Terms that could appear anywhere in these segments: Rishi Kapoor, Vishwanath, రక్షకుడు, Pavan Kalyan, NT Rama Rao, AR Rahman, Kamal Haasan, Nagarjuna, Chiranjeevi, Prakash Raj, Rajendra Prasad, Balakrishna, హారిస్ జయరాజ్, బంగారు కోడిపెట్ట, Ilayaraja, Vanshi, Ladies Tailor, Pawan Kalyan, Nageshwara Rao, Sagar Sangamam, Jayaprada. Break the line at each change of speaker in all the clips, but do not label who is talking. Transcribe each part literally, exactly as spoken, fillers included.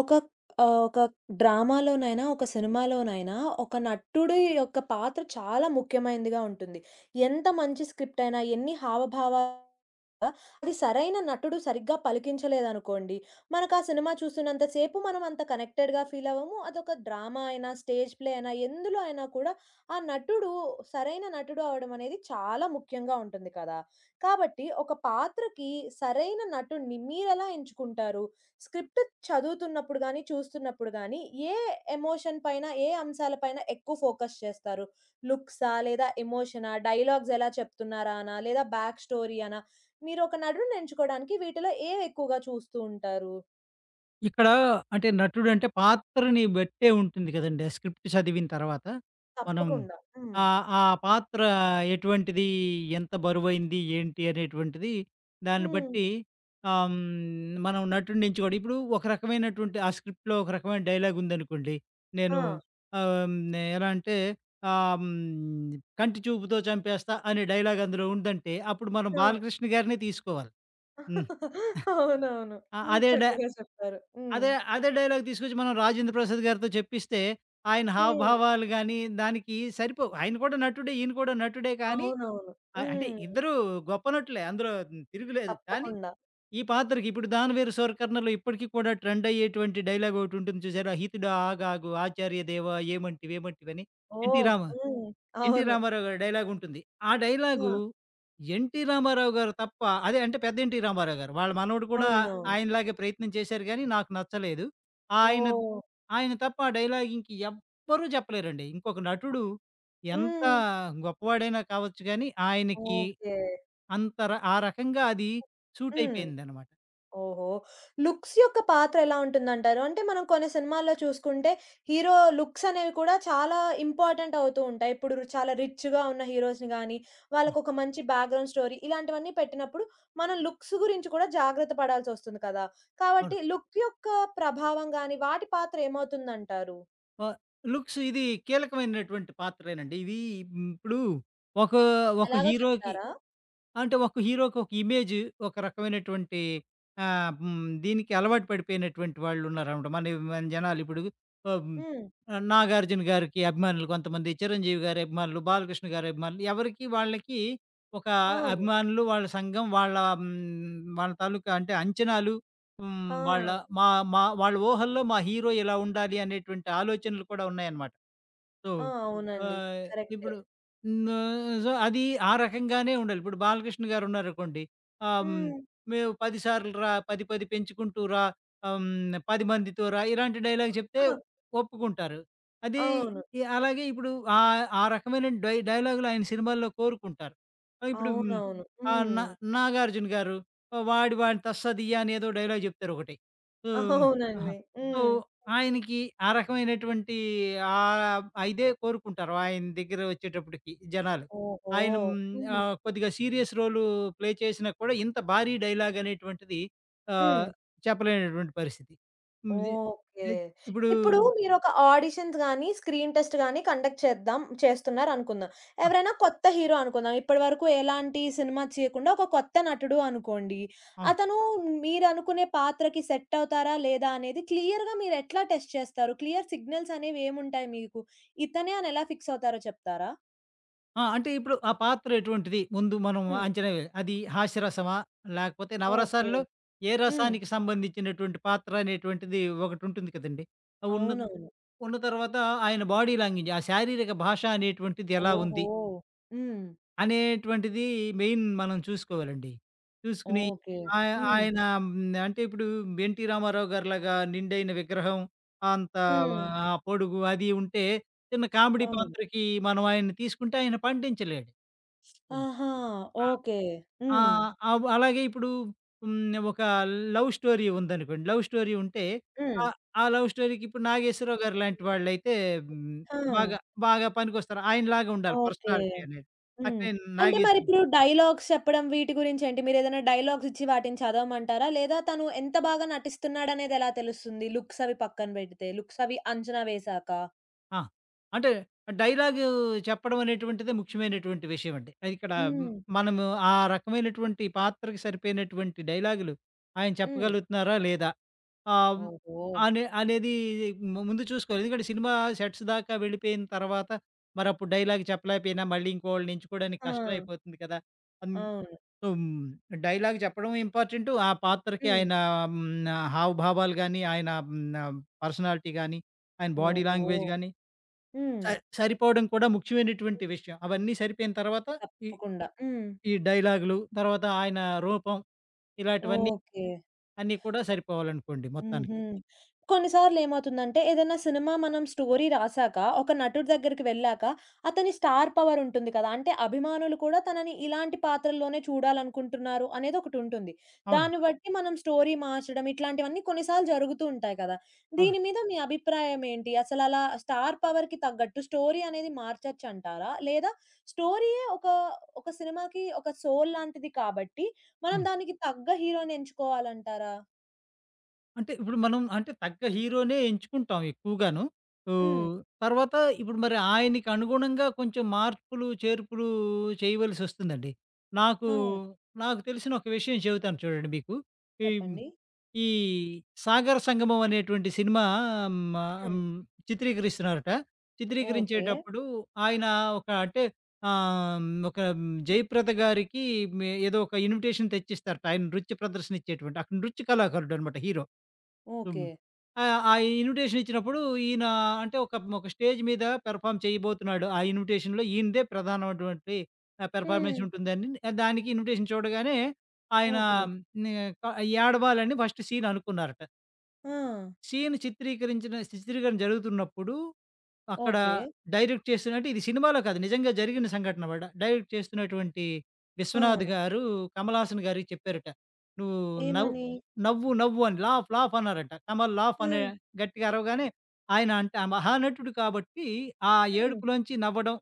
ఒక ఆహ్, ఒక డ్రామాలోనైనా, ఒక సినిమాలోనైనా ఒక నటుడి యొక్క పాత్ర చాలా ముఖ్యమైనదిగా ఉంటుంది. ఎంత మంచి స్క్రిప్ట్ అయినా, ఎన్ని హావభావాలు ఉన్నా, అది సరైన నటుడు సరిగ్గా పలికించలేదనుకోండి, మనకా సినిమా చూస్తున్నంత సేపు మనం అంత కనెక్టెడ్‌గా ఫీల్ అవ్వము. అదొక డ్రామా అయినా, స్టేజ్ ప్లే అయినా, ఎందులో అయినా కూడా ఆ నటుడు సరైన నటుడు అవ్వడం అనేది చాలా ముఖ్యంగా ఉంటుంది కదా! కాబట్టి ఒక పాత్రకి సరైన నటుడిని మీరెలా ఎంచుకుంటారు? స్క్రిప్ట్ చదువుతున్నప్పుడు గాని, చూస్తున్నప్పుడు గాని, ఏ ఎమోషన్ పైన, ఏ అంశాల పైన ఎక్కువ ఫోకస్ చేస్తారు? లుక్సా? లేదా ఎమోషనా? డైలాగ్స్ ఎలా చెప్తున్నారా అనా? లేదా బ్యాక్ స్టోరీ అనా? మీరొక నటుడిని ఎంచుకోవడానికి వీటిలో ఏవి ఎక్కువగా చూస్తూ ఉంటారు?
ఇక్కడ అంటే నటుడు అంటే పాత్రని బట్టే ఉంటుంది కదండీ. ఆ స్క్రిప్ట్ చదివిన తర్వాత మనం
తప్పకుండా. హ్మ్.
ఆహ్, ఆ పాత్ర ఎటువంటిది, ఎంత బరువైంది, ఏంటి అనేటువంటిది దాన్ని
హ్మ్.
బట్టి ఆహ్, హ్మ్, మనం నటుడిని ఎంచుకోవడం. ఇప్పుడు ఒక రకమైనటువంటి ఆ స్క్రిప్ట్‌లో ఒక రకమైన డైలాగ్ ఉందనుకోండి.
ఆ!
నేను ఆహ్, హ్మ్, ఎలా అంటే ఆహ్, హ్మ్, "కంటి చూపుతో చంపేస్తా" అనే డైలాగ్ అందులో ఉందంటే అప్పుడు మనం
ఆ!
బాలకృష్ణ గారినే తీసుకోవాలి. హ్మ్.
అవునవును.
అ
హ్మ్.
అదే డ
చక్కగా చెప్పారు. హ్మ్.
అదే, అదే డైలాగ్ తీసుకొచ్చి మనం 'రాజేంద్ర ప్రసాద్' గారితో చెప్పిస్తే, ఆయన
హ్మ్.
హావభావాలు గానీ, దానికి సరిపోవు. ఆయన కూడా నటుడే, ఈయన కూడా నటుడే కానీ
అవునవును.
ఆహ్, అంటే
హ్మ్.
ఇద్దరూ గొప్ప నటులే. అందులో తిరుగులేదు. కానీ
తప్పకుండా.
ఈ పాత్రకి ఇప్పుడు 'దానవీర శూరకర్ణ'లో ఇప్పటికి కూడా ట్రెండ్ అయ్యేటువంటి డైలాగ్ ఒకటుంటుంది చూసారా? 'హితుడా ఆగాగు ఆచార్య దేవా ఏమంటివి ఏమంటివి' అని. ఎన్టీ
ఓహ్!
రామ
హ్మ్.
ఎన్టీ
అవును.
రామారావు గారి డైలాగ్ ఉంటుంది. ఆ డైలాగు
ఆ!
ఎన్టీ రామారావు గారు తప్ప అదే అంటే పెద్ద ఎన్టీ రామారావు గారు. వాళ్ళ మనవడు కూడా
అవునవును.
ఆయనలాగే ప్రయత్నం చేశారు గానీ, నాకు నచ్చలేదు. ఆయన
ఓహ్!
ఆయన తప్ప ఆ డైలాగ్ ఇంక ఎవ్వరూ చెప్పలేరండి. ఇంకొక నటుడు ఎంత
హ్మ్.
గొప్పవాడైనా కావచ్చు గానీ, ఆయనకి
ఓకే.
అంత ర ఆ రకంగా అది సూట్
హ్మ్.
అయిపోయిందనమాట.
ఓహో! లుక్స్ యొక్క పాత్ర ఎలా ఉంటుందంటారు? అంటే మనం కొన్ని సినిమాల్లో చూసుకుంటే హీరో లుక్స్ అనేవి కూడా చాలా ఇంపార్టెంట్ అవుతూ ఉంటాయి. ఇప్పుడు చాలా రిచ్‌గా ఉన్న హీరోస్‌ని గాని,
ఆ!
వాళ్ళకొక మంచి బ్యాక్‌గ్రౌండ్ స్టోరీ ఇలాంటివన్నీ పెట్టినప్పుడు మనం లుక్స్ గురించి కూడా జాగ్రత్త పడాల్సొస్తుంది కదా!
అవును.
కాబట్టి లుక్ యొక్క ప్రభావం గాని, వాటి పాత్ర ఏమవుతుందంటారు?
ఆహ్, లుక్స్ ఇది కీలకమైనటువంటి పాత్రేనండి. ఇది ఇప్పుడు ఒక ఒక
ఎలాగో
హీరోకి
చెప్తారా?
అంటే ఒక హీరోకి ఒక ఇమేజ్, ఒక రకమైనటువంటి ఆహ్, హ్మ్. దీనికి అలవాటు పడిపోయినటువంటి వాళ్ళున్నారనమాట. మన మన జనాలిప్పుడు ఆహ్, హ్మ్,
హ్మ్.
'నాగార్జున' గారికి అభిమానులు కొంతమంది, 'చిరంజీవి' గారి అభిమానులు, 'బాలకృష్ణ' గారి అభిమానులు ఎవరికి వాళ్ళకి ఒక
అవును.
అభిమానులు, వాళ్ళ సంఘం, వాళ్ళ హ్మ్, వాళ్ళ తాలూకా అంటే అంచనాలు,
ఆ!
హ్మ్, వాళ్ళ మా మా వాళ్ళ ఊహల్లో మా హీరో ఇలా ఉండాలి అనేటువంటి ఆలోచనలు కూడా ఉన్నాయన్నమాట. సో,
ఆ! అవునండి.
ఆహ్,
కరెక్టే.
ఇప్పుడు న సో, అది ఆ రకంగానే ఉండాలి. ఇప్పుడు బాలకృష్ణ గారున్నారనుకోండి. ఆహ్, హ్మ్,
హ్మ్.
"మేము పది సార్లు రా, పది పది పెంచుకుంటూ రా, ఆహ్, హ్మ్, పది మందితో రా" ఇలాంటి డైలాగ్ చెప్తే ఒప్పుకుంటారు. అది
అవును.
ఇ అలాగే ఇప్పుడు ఆహ్, ఆ రకమైన డై డైలాగులు ఆయన సినిమాల్లో కోరుకుంటారు. ఆహ్, ఇప్పుడు హ్మ్,
అవునవును.
ఆహ్,
హ్మ్.
నా 'నాగార్జున' గారు, ఆ, "వాడి వాడిని తస్సదియ్య" అని ఏదో డైలాగ్ చెప్తారు ఒకటి. సో, ఆహా!
అవునండి.
సో,
హ్మ్.
ఆయనకి ఆ రకమైనటువంటి ఆహ్, ఆ ఇదే కోరుకుంటారు. ఆయన దగ్గర వచ్చేటప్పటికి జనాలు.
ఓహో!
ఆయన హ్మ్,
హ్మ్.
ఆహ్, కొద్దిగా సీరియస్ రోలు ప్లే చేసినా కూడా ఇంత భారీ డైలాగ్ అనేటువంటిది ఆహ్,
హ్మ్.
చెప్పలేనటువంటి పరిస్థితి. హ్మ్. ఇది
ఓకే.
ఇది ఇప్పుడు
ఇప్పుడు మీరొక ఆడిషన్స్ గాని, స్క్రీన్ టెస్ట్ గాని కండక్ట్ చేద్దాం చేస్తున్నారనుకుందాం.
ఆ!
ఎవరైనా కొత్త హీరో అనుకుందాం. ఇప్పటివరకు ఎలాంటి సినిమా చేయకుండా ఒక కొత్త నటుడు అనుకోండి.
అవును.
అతను మీరనుకునే పాత్రకి సెట్ అవుతారా? లేదా? అనేది క్లియర్‌గా మీరెట్లా టెస్ట్ చేస్తారు? క్లియర్ సిగ్నల్స్ అనేవేముంటాయి మీకు? ఇతనే అని ఎలా ఫిక్స్ అవుతారో చెప్తారా?
ఆ! అంటే ఇప్పుడు ఆ పాత్ర ఎటువంటిది? ముందు మనం
హ్మ్.
అంచనా వేయాలి. అది హాస్యరసమా? లేకపోతే
ఓకే.
నవరసాల్లో ఏ
హ్మ్.
రసానికి సంబంధించినటువంటి పాత్ర అనేటువంటిది ఒకటుంటుంది కదండీ! ఉన్న
అవునవును.
ఉన్న తర్వాత ఆయన బాడీ లాంగ్వేజ్, ఆ శారీరక భాష అనేటువంటిది ఎలా
ఓహో!
ఉంది?
హ్మ్.
అనేటువంటిది మెయిన్ మనం చూసుకోవాలండి. చూసుకుని
ఓకే.
ఆయ
హ్మ్.
ఆయన హ్మ్, అంటే ఇప్పుడు 'ఎన్టీ రామారావు' గారిలాగా నిండైన విగ్రహం అంత
హ్మ్.
ఆ పొడుగు అది ఉంటే చిన్న కామెడీ
అవును.
పాత్రకి మనం ఆయన్ని తీసుకుంటే ఆయన పండించలేడు. హ్మ్.
ఆహా!
ఆహ్,
ఓకే. హ్మ్.
ఆహ్, అవ్ అలాగే ఇప్పుడు హ్మ్, ఒక లవ్ స్టోరీ ఉందనుకోండి. లవ్ స్టోరీ ఉంటే
హ్మ్.
ఆహ్, ఆ లవ్ స్టోరీకి ఇప్పుడు 'నాగేశ్వరరావు' గారు లాంటి వాళ్ళైతే హ్మ్,
ఆ!
బాగా బాగా పనికొస్తారు. ఆయనలాగా ఉండాలి
ఓకే.
పర్సనాలిటీ అనేది.
హ్మ్.
అట్లే
అంటే
'నాగేశ్'
మరిప్పుడు డైలాగ్స్ చెప్పడం వీటి గురించేంటి? మీరేదైనా డైలాగ్స్ ఇచ్చి వాటిని చదవమంటారా? లేదా తను ఎంత బాగా నటిస్తున్నాడనేది ఎలా తెలుస్తుంది? లుక్స్ అవి పక్కన బెడితే. లుక్స్ అవి అంచనా వేశాక.
ఆ! అంటే డైలాగు చెప్పడం అనేటువంటిదే ముఖ్యమైనటువంటి విషయం అండి. అది ఇక్కడ హ్మ్,
హ్మ్.
మనము ఆ రకమైనటువంటి పాత్రకి సరిపోయినటువంటి డైలాగులు ఆయన
హ్మ్.
చెప్పగలుగుతున్నారా లేదా? ఆహ్,
ఓహో!
అనే అనేది ము ముందు చూసుకోవాలి. ఎందుకంటే సినిమా సెట్స్ దాకా వెళ్ళిపోయిన తర్వాత మరప్పుడు డైలాగ్ చెప్పలేకపోయినా మళ్ళీ ఇంకోళ్ళని ఎంచుకోవడానికి
ఆ!
కష్టమైపోతుంది కదా! అన్
అవును.
సో, హ్మ్, డైలాగ్ చెప్పడం ఇంపార్టెంటు. ఆ పాత్రకి
హ్మ్.
ఆయన హ్మ్, హావభావాలు గాని, ఆయన హ్మ్, ఆహ్, పర్సనాలిటీ గాని, ఆయన బాడీ
ఓహో!
లాంగ్వేజ్ గాని స
హ్మ్.
సరిపోవడం కూడా ముఖ్యమైనటువంటి విషయం. అవన్నీ సరిపోయిన తర్వాత ఈ
తప్పకుండా. హ్మ్.
ఈ డైలాగులు, తర్వాత ఆయన రూపం ఇలాంటివన్నీ
ఓకే.
అన్నీ కూడా సరిపోవాలనుకోండి
హుహు.
మొత్తానికి.
కొన్నిసార్లు ఏమవుతుందంటే ఏదైనా సినిమా మనం స్టోరీ రాసాక, ఒక నటుడి దగ్గరికి వెళ్ళాక అతని స్టార్ పవర్ ఉంటుంది కదా! అంటే అభిమానులు కూడా తనని ఇలాంటి పాత్రల్లోనే చూడాలనుకుంటున్నారు అనేది ఒకటుంటుంది.
అవునండి.
దాన్ని బట్టి మనం స్టోరీ మార్చడం ఇట్లాంటివన్నీ కొన్నిసార్లు జరుగుతూ ఉంటాయి కదా!
అవును.
దీని మీద మీ అభిప్రాయం ఏంటి? అసలలా స్టార్ పవర్‌కి తగ్గట్టు స్టోరీ అనేది మార్చొచ్చంటారా? లేదా స్టోరీయే ఒక, ఒక సినిమాకి ఒక సోల్ లాంటిది కాబట్టి మనం
అవును.
దానికి తగ్గ హీరో‌ని ఎంచుకోవాలంటారా?
అంటే ఇప్పుడు మనం అంటే తగ్గ హీరోనే ఎంచుకుంటాం ఎక్కువగాను.
హ్మ్.
ఓహ్! తర్వాత ఇప్పుడు మరి ఆయనకి అనుగుణంగా కొంచెం మార్పులు, చేర్పులు చేయవలసొస్తుందండి. నాకు
ఆ!
నాకు తెలిసిన ఒక విషయం చెబుతాను చూడండి మీకు. ఈ
చెప్పండి.
ఈ 'సాగర సంగమం' అనేటువంటి సినిమా హ్మ్, ఆహ్,
హ్మ్.
చిత్రీకరిస్తున్నారట.
ఓకే.
చిత్రీకరించేటప్పుడు ఆయన ఒక అంటే ఆహ్, ఒక జయప్రద గారికి మే ఏదో ఒక ఇన్విటేషన్ తెచ్చిస్తారట. ఆయన నృత్య ప్రదర్శన ఇచ్చేటువంటి అక్కడ నృత్య కళాకారుడనమాట హీరో. హ్మ్.
ఓకే.
ఆహ్, ఆ ఇన్విటేషన్ ఇచ్చినప్పుడు ఈయన అంటే ఒక ఒక స్టేజ్ మీద పెర్ఫార్మ్ చేయబోతున్నాడు. ఆ ఇన్విటేషన్‌లో ఈయనదే ప్రధానమైనటువంటి ఆహ్,
హ్మ్.
పెర్ఫార్మెన్స్ ఉంటుందని దానికి ఇన్విటేషన్ చూడగానే ఆయన
ఓకే.
నే క ఏడవాలని ఫస్ట్ సీన్ అనుకున్నారట.
ఆ!
సీన్ చిత్రీకరించిన చిత్రీకరణ జరుగుతున్నప్పుడు అక్కడ
ఓకే.
డైరెక్ట్ చేస్తున్నట్టు ఇది సినిమాలో కాదు. నిజంగా జరిగిన సంఘటన మాట. డైరెక్ట్ చేస్తున్నటువంటి
ఆ!
విశ్వనాథ్ గారు, కమల్ హాసన్ గారికి చెప్పారట. "నువ్వు నవ్వు,
ఏమని?
నవ్వు నవ్వు" అని లాఫ్ లాఫ్ అన్నారట. కమల్ లాఫ్ అనే
ఆ!
గట్టిగా అరవగానే ఆయన అంటే ఆ మహానటుడు కాబట్టి ఆ
హ్మ్.
ఏడుపులోంచి నవ్వడం,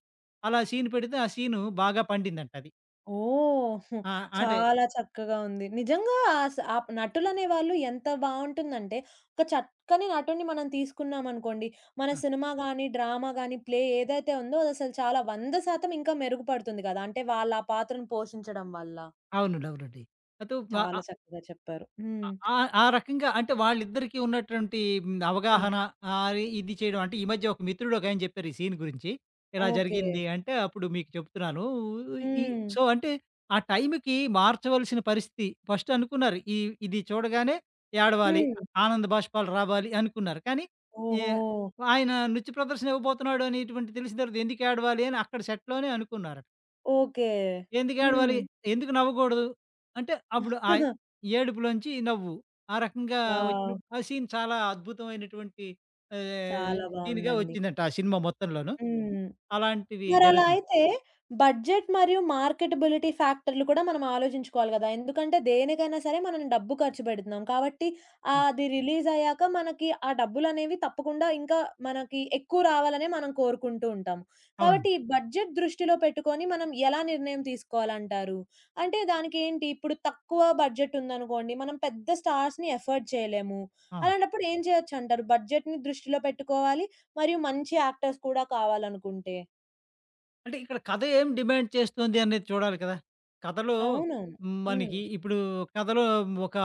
అలా సీన్ పెడితే ఆ సీను బాగా పండిందంట అది.
ఓహ్!
ఆ! అంటే
చాలా చక్కగా ఉంది. నిజంగా అస ఆ నటులనే వాళ్ళు ఎంత బావుంటుందంటే, ఒక చక్కని నటుడిని మనం తీసుకున్నామనుకోండి, మన
ఆ!
సినిమా గాని, డ్రామా గాని, ప్లే ఏదైతే ఉందో అదసలు చాలా వంద శాతం ఇంకా మెరుగుపడుతుంది గదా! అంటే వాళ్ళా పాత్రను పోషించడం వల్ల.
అవునండి. అవునండి. అటు వ
చాలా చక్కగా చెప్పారు.
ఆ
హ్మ్.
ఆ ఆ రకంగా అంటే వాళ్ళిద్దరికీ ఉన్నటువంటి హ్మ్,
హ్మ్.
అవగాహన ఆహ్, ఇది చేయడం అంటే ఈ మధ్య ఒక మిత్రుడు ఒకాయన చెప్పారు ఈ సీన్ గురించి. ఇలా
ఓకే.
జరిగింది అంటే అప్పుడు మీకు చెప్తున్నాను. ఈ
హ్మ్.
సో, అంటే ఆ టైంకి మార్చవలసిన పరిస్థితి ఫస్ట్ అనుకున్నారు. ఈ ఇది చూడగానే ఏడవాలి,
హ్మ్.
ఆనంద బాష్పాలు రావాలి అనుకున్నారు. కానీ ఏ
ఓహో!
ఆయన నృత్య ప్రదర్శన ఇవ్వబోతున్నాడు అనేటువంటిది తెలిసిన తర్వాత ఎందుకు ఏడవాలి అని అక్కడ సెట్‌లోనే అనుకున్నారు.
ఓకే.
ఎందుకు
హ్మ్.
ఏడవాలి? ఎందుకు నవ్వకూడదు? అంటే
హ్మ్.
అప్పుడు ఆ ఏడుపులోంచి నవ్వు. ఆ రకంగా వచ్చిన
వావ్!
ఆ సీన్ చాలా అద్భుతమైనటువంటి ఆహ్,
చాలా
సీన్‌గా
బావుందండి.
వచ్చిందంట ఆ సినిమా మొత్తంలోను.
హ్మ్.
అలాంటివి
మరలా
జరుగుతుంది.
అయితే బడ్జెట్ మరియు మార్కెటబిలిటీ ఫ్యాక్టర్‌లు కూడా మనం ఆలోచించుకోవాలి గదా! ఎందుకంటే దేనికైనా సరే మనం డబ్బు ఖర్చు పెడుతున్నాం. కాబట్టి ఆ
ఆ!
అది రిలీజ్ అయ్యాక మనకి ఆ డబ్బులనేవి తప్పకుండా ఇంకా మనకి ఎక్కువ రావాలనే మనం కోరుకుంటూ ఉంటాము.
అవునండి.
కాబట్టి ఈ బడ్జెట్ దృష్టిలో పెట్టుకొని మనం ఎలా నిర్ణయం తీసుకోవాలంటారు? అంటే దానికేంటి ఇప్పుడు తక్కువ బడ్జెట్ ఉందనుకోండి. మనం పెద్ద స్టార్స్‌ని ఎఫర్డ్ చేయలేము.
ఆ!
అలాంటప్పుడు ఏం చేయొచ్చంటారు? బడ్జెట్‌ని దృష్టిలో పెట్టుకోవాలి. మరియు మంచి యాక్టర్స్ కూడా కావాలనుకుంటే.
అంటే ఇక్కడ కథ ఏం డిమాండ్ చేస్తుంది అనేది చూడాలి కదా! కథలో
అవునవును. హ్మ్.
మనకి ఇప్పుడు కథలో ఒక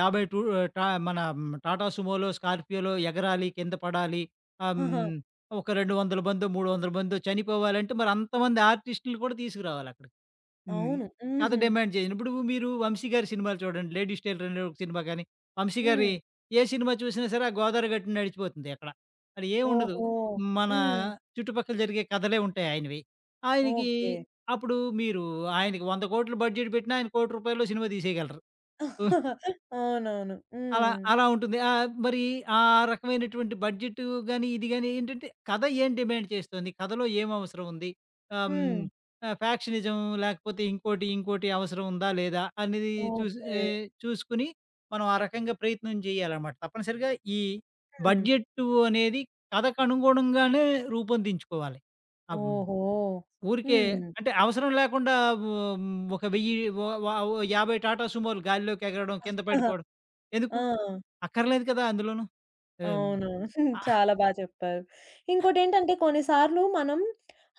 యాభై టూ టా మన టాటా సుమోలో, స్కార్పియోలో ఎగరాలి, కింద పడాలి. ఆహ్,
ఆహా!
హ్మ్. ఒక రెండు వందల మందో, మూడు వందల మందో చనిపోవాలంటే మరి అంతమంది ఆర్టిస్ట్‌లు కూడా తీసుకురావాలక్కడ. హ్మ్.
అవును.
కథ
హుహు.
డిమాండ్ చేసింది. ఇప్పుడు మీరు 'వంశీ' గారి సినిమాలు చూడండి. 'లేడీస్ టైలర్' అనే ఒక సినిమా గాని, 'వంశీ' గారి
హ్మ్.
ఏ సినిమా చూసినా సరే, ఆ గోదావరి గట్టున నడిచిపోతుంది అక్కడ. అక్కడ ఏముండదు.
ఓహో!
మన
హ్మ్.
చుట్టుపక్కల జరిగే కథలే ఉంటాయి ఆయనవి. ఆయనకి
ఓకే.
అప్పుడు మీరు ఆయనకి వంద,సున్నా సున్నా,సున్నా సున్నా వేల కోట్ల బడ్జెట్ పెట్టినా, ఆయన రూ. ఒక,సున్నా సున్నా,సున్నా సున్నా వేల సినిమా తీసేయగలరు.
అవునవును.
అలా
హ్మ్.
అలా ఉంటుంది. ఆహ్, మరి ఆ రకమైనటువంటి బడ్జెట్ గాని, ఇది గాని ఏంటంటే కథ ఏం డిమాండ్ చేస్తుంది? కథలో ఏం అవసరం ఉంది? ఆహ్,
హ్మ్.
హ్మ్. ఆహ్, ఫ్యాక్షనిజం లేకపోతే ఇంకోటి, ఇంకోటి అవసరం ఉందా? లేదా? అనేది చూసి
ఓకే.
ఆహ్, చూసుకొని మనం ఆ రకంగా ప్రయత్నం చేయాలన్నమాట. తప్పనిసరిగా ఈ
హ్మ్.
బడ్జెట్టు అనేది కథకు అనుగుణంగానే రూపొందించుకోవాలి. ఆహ్, హ్మ్.
ఓహో!
ఊరికే
హ్మ్.
అంటే అవసరం లేకుండా ఓ ఒక వెయ్యి వ వ ఓ యాభై టాటా సుమోలు గాలిలోకి ఎగరడం, కింద పడిపోవడం ఎందుకు?
ఆ!
అక్కర్లేదు కదా! అందులోను. ఆహ్,
అవునవును.
ఆ!
చాలా బా చెప్పారు. ఇంకోటేంటంటే కొన్నిసార్లు మనం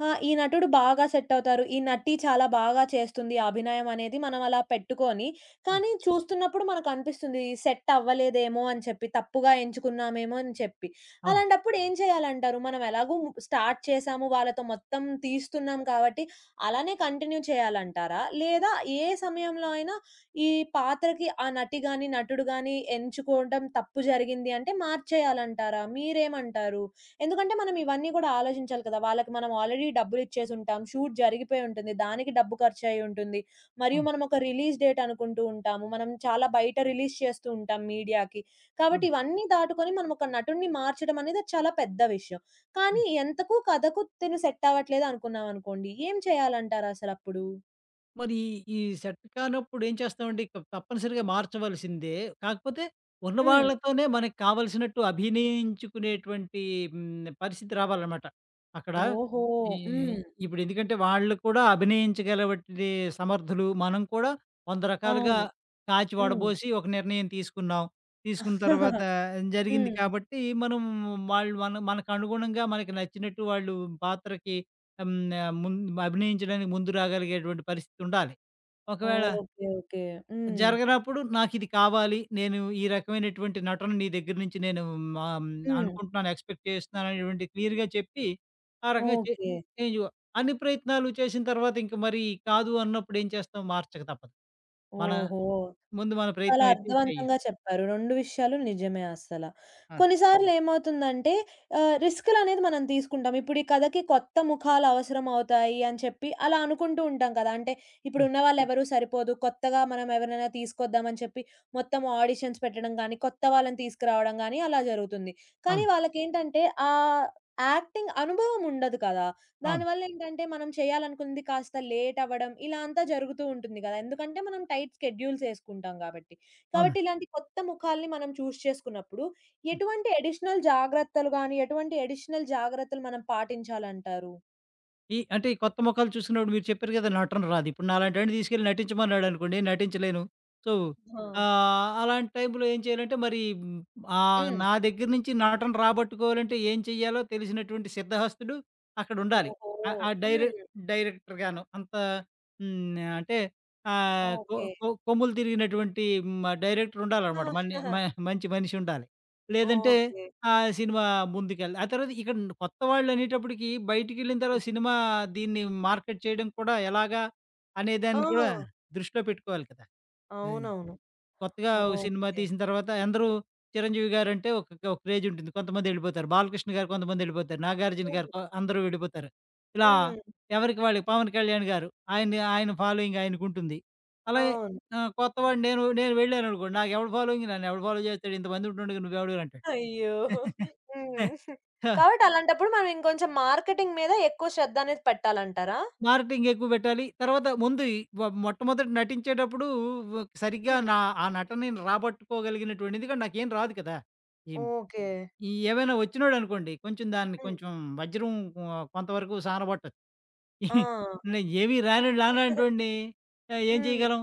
ఆ! ఈ నటుడు బాగా సెట్ అవుతారు. ఈ నటి చాలా బాగా చేస్తుంది ఆ అభినయం అనేది మనం అలా పెట్టుకొని,
ఆ,
కానీ చూస్తున్నప్పుడు మనకనిపిస్తుంది సెట్ అవ్వలేదేమో అని చెప్పి, తప్పుగా ఎంచుకున్నామేమో అని చెప్పి.
అవును.
అలాంటప్పుడు ఏం చేయాలంటారు? మనం ఎలాగో స్టార్ట్ చేసాము, వాళ్ళతో మొత్తం తీస్తున్నాం కాబట్టి అలానే కంటిన్యూ చేయాలంటారా? లేదా ఏ సమయంలో అయినా ఈ పాత్రకి ఆ నటి గాని, నటుడు గాని ఎంచుకోవడం తప్పు జరిగింది అంటే మార్చేయాలంటారా? మీరేమంటారు? ఎందుకంటే మనం ఇవన్నీ కూడా ఆలోచించాలి కదా! వాళ్ళకి మనం ఆల్రెడీ డబ్బులిచ్చేసుంటాం. షూట్ జరిగిపోయి ఉంటుంది. దానికి డబ్బు ఖర్చయ్యి ఉంటుంది. మరియు
అవును.
మనం ఒక రిలీజ్ డేట్ అనుకుంటూ ఉంటాము. మనం చాలా బయట రిలీజ్ చేస్తూ ఉంటాం మీడియాకి. కాబట్టి
అవును.
ఇవన్నీ దాటుకొని మనం ఒక నటుడిని మార్చడం అనేది అది చాలా పెద్ద విషయం. కానీ
అవును.
ఎంతకు కథకు తిను సెట్ అవ్వట్లేదు అనుకున్నామనుకోండి. ఏం చేయాలంటారసలప్పుడు?
మరి ఈ సెట్ కానప్పుడు ఏం చేస్తామండి? ఇక తప్పనిసరిగా మార్చవలసిందే. కాకపోతే ఉన్న
హ్మ్.
వాళ్ళతోనే మనకు కావాల్సినట్టు అభినయించుకునేటువంటి హ్మ్, పరిస్థితి రావాలనమాట. అక్కడ
ఓహో!
ఈ
హ్మ్.
ఇప్పుడు ఎందుకంటే వాళ్ళు కూడా అభినయించగలవంటి సమర్థులు. మనం కూడా వంద రకాలుగా
అవును.
కాచి
హ్మ్.
వడబోసి ఒక నిర్ణయం తీసుకున్నాం. తీసుకున్న తర్వాత జరిగింది
హ్మ్.
కాబట్టి మనం వాళ్ళు మన మనకు అనుగుణంగా మనకు నచ్చినట్టు వాళ్ళు పాత్రకి హ్మ్. ఆహ్, ముందు అభినయించడానికి ముందు రాగలిగేటువంటి పరిస్థితి ఉండాలి. ఒకవేళ
ఓకే. ఓకే. హ్మ్.
జరగనప్పుడు నాకిది కావాలి. నేను ఈ రకమైనటువంటి నటన నీ దగ్గర నుంచి నేను ఆహ్,
హ్మ్.
అనుకుంటున్నాను, ఎక్స్‌పెక్ట్ చేస్తున్నాను అనేటువంటి క్లియర్‌గా చెప్పి, ఆ రకంగా చే
ఓకే.
చేంజ్ కో- అన్ని ప్రయత్నాలు చేసిన తర్వాత ఇంక మరి కాదు అన్నప్పుడు ఏం చేస్తాం? మార్చక తప్పదు. మన
ఓహో!
ముందు మన
చాలా
ప్రయత్నం అయితే చెయ్యాలి.
అర్థవంతంగా చెప్పారు. రెండు విషయాలు నిజమే అస్సల.
అవును.
కొన్నిసార్లు ఏమవుతుందంటే ఆహ్, రిస్కులనేది మనం తీసుకుంటాం. ఇప్పుడు ఈ కథకి కొత్త ముఖాలు అవసరం అవుతాయి అని చెప్పి అలా అనుకుంటూ ఉంటాం కదా! అంటే ఇప్పుడు
హ్మ్.
ఉన్న వాళ్ళెవరూ సరిపోదు. కొత్తగా మనం ఎవరినైనా తీసుకొద్దాం అని చెప్పి మొత్తం ఆడిషన్స్ పెట్టడం గానీ, కొత్త వాళ్ళని తీసుకురావడం గానీ అలా జరుగుతుంది. కానీ
అవును.
వాళ్ళకేంటంటే ఆహ్, యాక్టింగ్ అనుభవం ఉండదు కదా!
అవును.
దానివల్ల ఏంటంటే మనం చేయాలనుకున్నది కాస్త లేట్ అవ్వడం ఇలా అంతా జరుగుతూ ఉంటుంది గదా! ఎందుకంటే మనం టైట్ స్కెడ్యూల్స్ యేసుకుంటాం గాబట్టి.
అవునండి.
కాబట్టి
హ్మ్.
ఇలాంటి కొత్త ముఖాల్ని మనం చూస్ చేసుకున్నప్పుడు ఎటువంటి అడిషనల్ జాగ్రత్తలు గాని, ఎటువంటి అడిషనల్ జాగ్రత్తలు మనం పాటించాలంటారు?
ఈ అంటే ఈ కొత్త మొఖాలు చూసినప్పుడు మీరు చెప్పారు కదా! నటన రాదు. ఇప్పుడు నాలాంటోడిని తీసుకెళ్ళి నటించమన్నాడనుకోండి నటించలేను. సో,
ఆ!
ఆహ్, అలాంటి టైంలో ఏం చేయాలంటే మరి హ్మ్, ఆహ్,
హ్మ్.
నా దగ్గర నుంచి నటన రాబట్టుకోవాలంటే ఏం చెయ్యాలో తెలిసినటువంటి సిద్ధహస్తుడు అక్కడుండాలి.
ఓహో!
ఆహ్, ఆ ఆ డైరె
హ్మ్.
డైరెక్టర్ గాను అంత హ్మ్, అంటే ఆహ్, కొ
ఓకే.
కొ కొమ్ములు తిరిగినటువంటి మ డైరెక్టర్ ఉండాలనమాట. మన్ని
ఆహా!
మ మంచి మనిషి ఉండాలి. లేదంటే
ఓకే.
ఆ సినిమా ముందుకెళ్ళి ఆ తర్వాత ఇక్కడ కొత్త వాళ్ళు అనేటప్పటికి బయటికెళ్ళిన
హ్మ్.
తర్వాత సినిమా దీన్ని మార్కెట్ చేయడం కూడా ఎలాగా అనే
ఆ!
దాన్ని కూడా దృష్టిలో పెట్టుకోవాలి కదా! అది
అవునవును.
కొత్తగా ఒక సినిమా
ఓకే.
తీసిన తర్వాత అందరూ చిరంజీవి గారంటే ఒక ఒక క్రేజ్ ఉంటుంది. కొంతమంది ఎళ్ళిపోతారు. బాలకృష్ణ గారు కొంతమంది ఎళ్ళిపోతారు. నాగార్జున
హ్మ్.
గారు కొ అందరూ వెళ్ళిపోతారు. ఇలా
హ్మ్.
ఎవరికి వాళ్ళకి పవన్ కళ్యాణ్ గారు ఆయన్ని ఆయన ఫాలోయింగ్ ఆయనకుంటుంది. అలాగే
అవును.
ఆహ్, కొత్తవాడు నేను నేను వెళ్ళాననుకోండి. నాకెవడు ఫాలోయింగ్ నన్ను ఎవడు ఫాలో చేస్తాడు ఇంతమంది ఉంటుండగా నువ్వెవడివి అంటాడు.
అయ్యో! హ్మ్.
హా!
కాబట్టి అలాంటప్పుడు మనం ఇంకొంచెం మార్కెటింగ్ మీద ఎక్కువ శ్రద్ధ అనేది పెట్టాలంటారా?
మార్కెటింగ్ ఎక్కువ పెట్టాలి. తర్వాత ముందు ఈ వ మొట్టమొదట నటించేటప్పుడు వ సరిగ్గా
హ్మ్.
నా ఆ నటనని రాబట్టుకోగలిగినటువంటి ఎందుకంటే నాకేం రాదు కదా! ఈ
ఓకే.
ఈ ఏవైనా వచ్చినోడనుకోండి కొంచెం దాన్ని
హ్మ్.
కొంచెం వజ్రం ఆహ్, కొంతవరకు సానబట్టొచ్చు.
ఆ!
నేను ఏమీ రాని రానటువంటిని ఆహ్, ఏం
హ్మ్.
చేయగలం?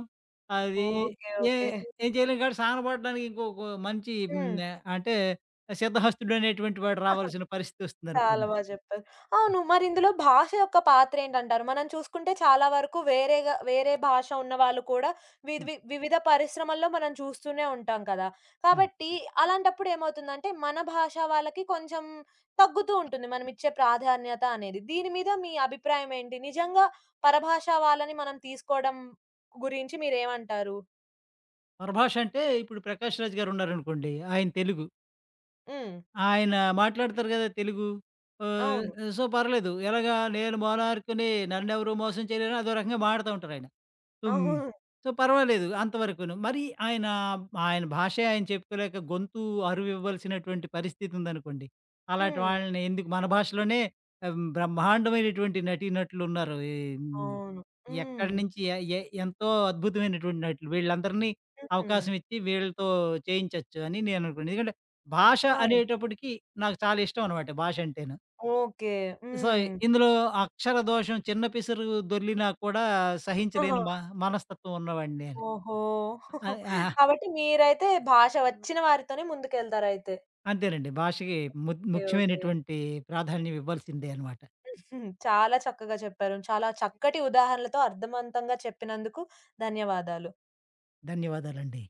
అది
ఓకే.
ఏ
ఓకే.
ఏం చేయలేం కాబట్టి సానబడడానికి ఇంకొక మంచి హ్మ్.
హ్మ్.
అంటే సిద్ధహస్తుడనేటువంటి వాడు రావాల్సిన
చాలా
పరిస్థితొస్తుందనుకోండి.
బా జెప్పారు. అవును. మరి ఇందులో భాష యొక్క పాత్రేంటంటారు? మనం చూసుకుంటే చాలా వరకు వేరేగా వేరే భాష ఉన్నవాళ్ళు కూడా
హ్మ్.
విద్వి వివిధ పరిశ్రమల్లో మనం చూస్తూనే ఉంటాం కదా!
ఆ!
కాబట్టి అలాంటప్పుడు ఏమవుతుందంటే, మన భాష వాళ్ళకి కొంచెం తగ్గుతూ ఉంటుంది. మనమిచ్చే ప్రాధాన్యత అనేది. దీని మీద మీ అభిప్రాయం ఏంటి? నిజంగా పరభాషా వాళ్ళని మనం తీసుకోవడం గురించి మీరేమంటారు?
పరభాష అంటే ఇప్పుడు 'ప్రకాష్ రాజ్' గారున్నారనుకోండి. ఆయన తెలుగు.
హ్మ్.
ఆయన మాట్లాడతారు గదా! తెలుగు. ఆహ్,
అవును.
సో, పర్లేదు. ఎలాగా నేను మోనార్క్‌ని నన్నెవరు మోసం చేయలేరని అదో రకంగా మాటతా ఉంటారాయన. హ్మ్.
అవును.
సో, పర్వాలేదు అంతవరకును. మరి ఆయన, ఆయన భాషే ఆయన చెప్పుకోలేక గొంతు అరువివ్వాల్సినటువంటి పరిస్థితి ఉందనుకోండి. అలాంటి
హ్మ్.
వాళ్ళని ఎందుకు మన భాషలోనే ఆహ్, బ్రహ్మాండమైనటువంటి నటీనటులున్నారు. ఈ హ్మ్.
అవును. హ్మ్.
ఎక్కడి నుంచి ఎ ఎ ఎంతో అద్భుతమైనటువంటి నటులు. వీళ్ళందరినీ
హ్మ్.
అవకాశం ఇచ్చి వీళ్ళతో చేయించొచ్చు అని నేననుకున్నాను. ఎందుకంటే భాష
ఆ!
అనేటప్పటికి నాకు చాలా ఇష్టం అనమాట భాష అంటేను.
ఓకే.
సో,
హ్మ్.
ఇందులో అక్షర దోషం చిన్న పిసరు దొర్లినా కూడా
ఆహా!
సహించలేని మ మనస్తత్వం ఉన్నవాడిని నేను.
ఓహో!
ఆహ్, ఆహా!
కాబట్టి మీరైతే భాష వచ్చిన వారితోనే ముందుకెళ్తారయితే.
అంతేనండి. భాషకి ము
ఓకే. ఓకే.
ముఖ్యమైనటువంటి ప్రాధాన్యం ఇవ్వాల్సిందే అనమాట.
హ్మ్. చాలా చక్కగా చెప్పారు. చాలా చక్కటి ఉదాహరణలతో అర్థవంతంగా చెప్పినందుకు ధన్యవాదాలు.
ధన్యవాదాలండి.